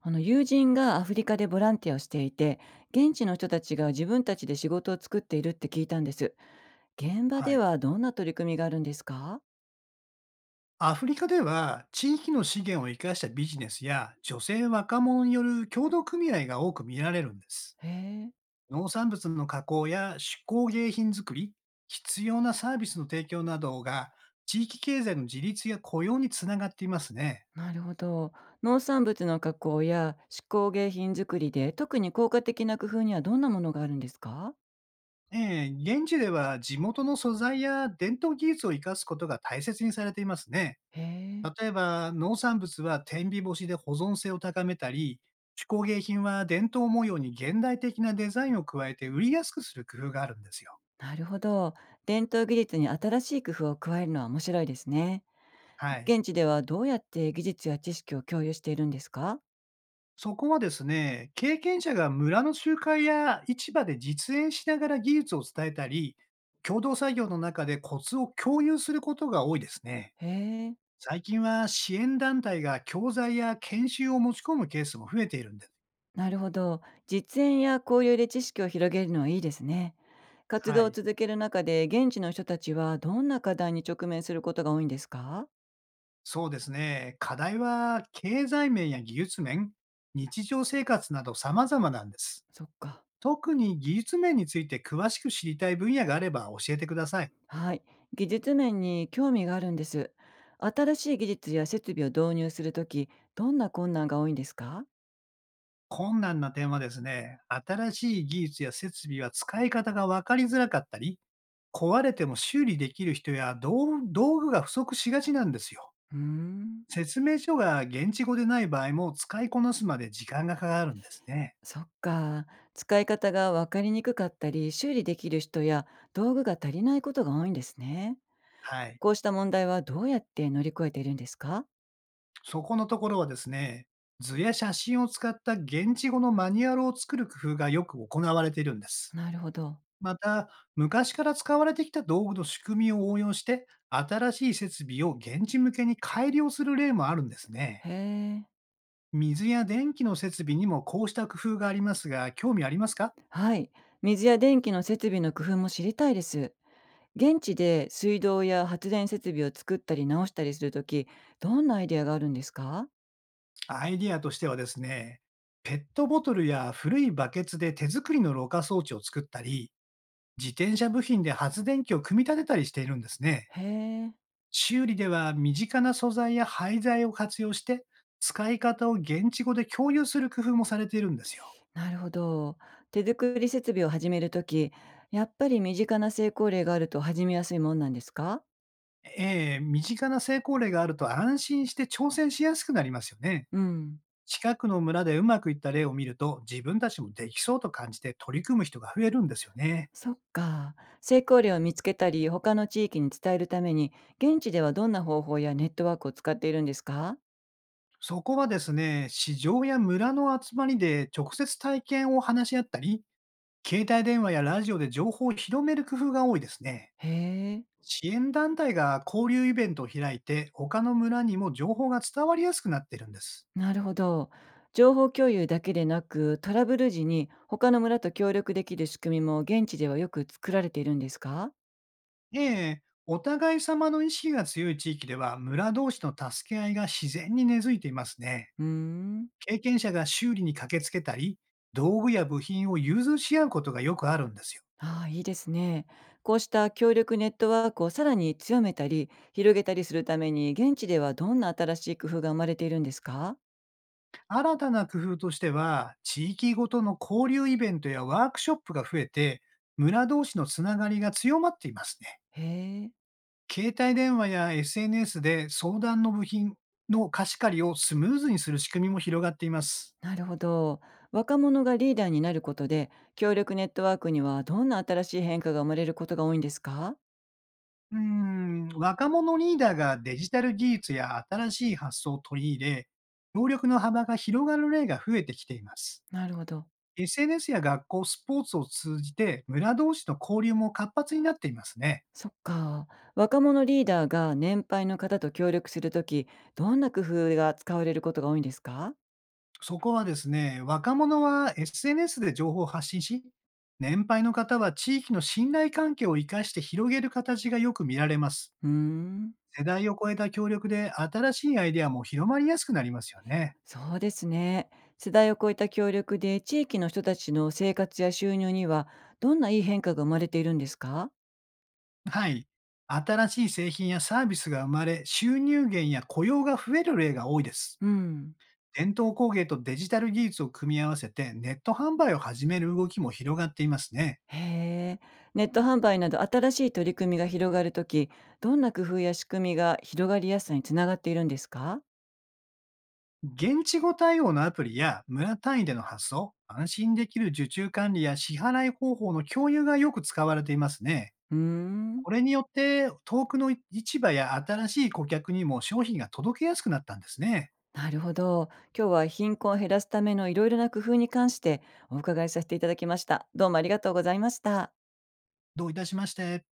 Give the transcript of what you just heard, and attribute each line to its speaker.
Speaker 1: あの、友人がアフリカでボランティアをしていて、現地の人たちが自分たちで仕事を作っているって聞いたんです。現場
Speaker 2: は
Speaker 1: で
Speaker 2: い。
Speaker 1: はどんな取り組みがあるんですか？
Speaker 2: アフリカでは、地域の資源を生かしたビジネスや、女性若者による協同組合が多く見られるんです。
Speaker 1: へえ。
Speaker 2: 農産物の加工や手工芸品作り、必要なサービスの提供などが、地域経済の自立や雇用につながっていますね。
Speaker 1: なるほど。農産物の加工や手工芸品作りで特に効果的な工夫にはどんなものがあるんですか？
Speaker 2: ええ、現地では地元の素材や伝統技術を生かすことが大切にされていますね。
Speaker 1: へえ。
Speaker 2: 例えば、農産物は天日干しで保存性を高めたり、手工芸品は伝統模様に現代的なデザインを加えて売りやすくする工夫があるんですよ。
Speaker 1: なるほど。伝統技術に新しい工夫を加えるのは面白いですね。
Speaker 2: はい。
Speaker 1: 現地ではどうやって技術や知識を共有しているんですか？
Speaker 2: そこはですね、経験者が村の集会や市場で実演しながら技術を伝えたり、共同作業の中でコツを共有することが多いですね。
Speaker 1: へえ。
Speaker 2: 最近は支援団体が教材や研修を持ち込むケースも増えているんです。
Speaker 1: なるほど。実演や交流で知識を広げるのはいいですね。活
Speaker 2: は
Speaker 1: 動を
Speaker 2: い。
Speaker 1: 続ける中で現地の人たちはどんな課題に直面することが多いんですか？
Speaker 2: そうですね。課題は経済面や技術面、日常生活など様々なんです。
Speaker 1: そっか。
Speaker 2: 特に技術面について詳しく知りたい分野があれば教えてください。
Speaker 1: はい。技術面に興味があるんです。新しい技術や設備を導入するとき、どんな困難が多いんですか？
Speaker 2: 困難な点はですね、新しい技術や設備は使い方が分かりづらかったり、壊れても修理できる人や道具が不足しがちなんですよ。
Speaker 1: うーん。
Speaker 2: 説明書が現地語でない場合も使いこなすまで時間がかかるんですね。
Speaker 1: そっか。使い方が分かりにくかったり、修理できる人や道具が足りないことが多いんですね。
Speaker 2: はい。
Speaker 1: こうした問題はどうやって乗り越えているんですか？
Speaker 2: そこのところはですね、図や写真を使った現地語のマニュアルを作る工夫がよく行われているんです。
Speaker 1: なるほど。
Speaker 2: また、昔から使われてきた道具の仕組みを応用して、新しい設備を現地向けに改良する例もあるんですね。
Speaker 1: へえ。
Speaker 2: 水や電気の設備にもこうした工夫がありますが、興味ありますか？
Speaker 1: はい。水や電気の設備の工夫も知りたいです。現地で水道や発電設備を作ったり直したりするとき、どんなアイデアがあるんですか？
Speaker 2: アイディアとしてはですね、ペットボトルや古いバケツで手作りのろ過装置を作ったり、自転車部品で発電機を組み立てたりしているんですね。
Speaker 1: へえ、
Speaker 2: 修理では身近な素材や廃材を活用して、使い方を現地語で共有する工夫もされているんですよ。
Speaker 1: なるほど。手作り設備を始めるとき、やっぱり身近な成功例があると始めやすいもんなんですか？
Speaker 2: ええ、身近な成功例があると安心して挑戦しやすくなりますよね。
Speaker 1: うん。
Speaker 2: 近くの村でうまくいった例を見ると、自分たちもできそうと感じて取り組む人が増えるんですよね。
Speaker 1: そっか。成功例を見つけたり、他の地域に伝えるために、現地ではどんな方法やネットワークを使っているんですか？
Speaker 2: そこはですね、市場や村の集まりで直接体験を話し合ったり、携帯電話やラジオで情報を広める工夫が多いですね。
Speaker 1: へえ。
Speaker 2: 支援団体が交流イベントを開いて、他の村にも情報が伝わりやすくなってるんです。
Speaker 1: なるほど。情報共有だけでなく、トラブル時に他の村と協力できる仕組みも現地ではよく作られているんですか？
Speaker 2: ええ、お互い様の意識が強い地域では、村同士の助け合いが自然に根付いていますね。
Speaker 1: うーん。
Speaker 2: 経験者が修理に駆けつけたり、道具や部品を融通し合うことがよくあるんですよ。
Speaker 1: ああ、いいですね。こうした協力ネットワークをさらに強めたり、広げたりするために、現地ではどんな新しい工夫が生まれているんですか？
Speaker 2: 新たな工夫としては、地域ごとの交流イベントやワークショップが増えて、村同士のつながりが強まっていますね。
Speaker 1: へえ。
Speaker 2: 携帯電話や SNS で相談の部品の貸し借りをスムーズにする仕組みも広がっています。
Speaker 1: なるほど。若者がリーダーになることで、協力ネットワークにはどんな新しい変化が生まれることが多いんですか？
Speaker 2: うーん、若者リーダーがデジタル技術や新しい発想を取り入れ、能力の幅が広がる例が増えてきています。
Speaker 1: なるほど。
Speaker 2: SNS や学校、スポーツを通じて村同士の交流も活発になっていますね。
Speaker 1: そっか。若者リーダーが年配の方と協力するとき、どんな工夫が使われることが多いんですか？
Speaker 2: そこはですね、若者は SNS で情報を発信し、年配の方は地域の信頼関係を生かして広げる形がよく見られます。
Speaker 1: うーん。
Speaker 2: 世代を超えた協力で新しいアイデアも広まりやすくなりますよね。
Speaker 1: そうですね。世代を超えた協力で地域の人たちの生活や収入にはどんないい変化が生まれているんですか？
Speaker 2: はい。新しい製品やサービスが生まれ、収入源や雇用が増える例が多いです。
Speaker 1: うん。
Speaker 2: 伝統工芸とデジタル技術を組み合わせてネット販売を始める動きも広がっていますね。
Speaker 1: へえ。ネット販売など新しい取り組みが広がるとき、どんな工夫や仕組みが広がりやすさにつながっているんですか？
Speaker 2: 現地語対応のアプリや村単位での発送、安心できる受注管理や支払い方法の共有がよく使われていますね。
Speaker 1: うーん。
Speaker 2: これによって遠くの市場や新しい顧客にも商品が届けやすくなったんですね。
Speaker 1: なるほど。今日は貧困を減らすためのいろいろな工夫に関してお伺いさせていただきました。どうもありがとうございました。
Speaker 2: どういたしまして。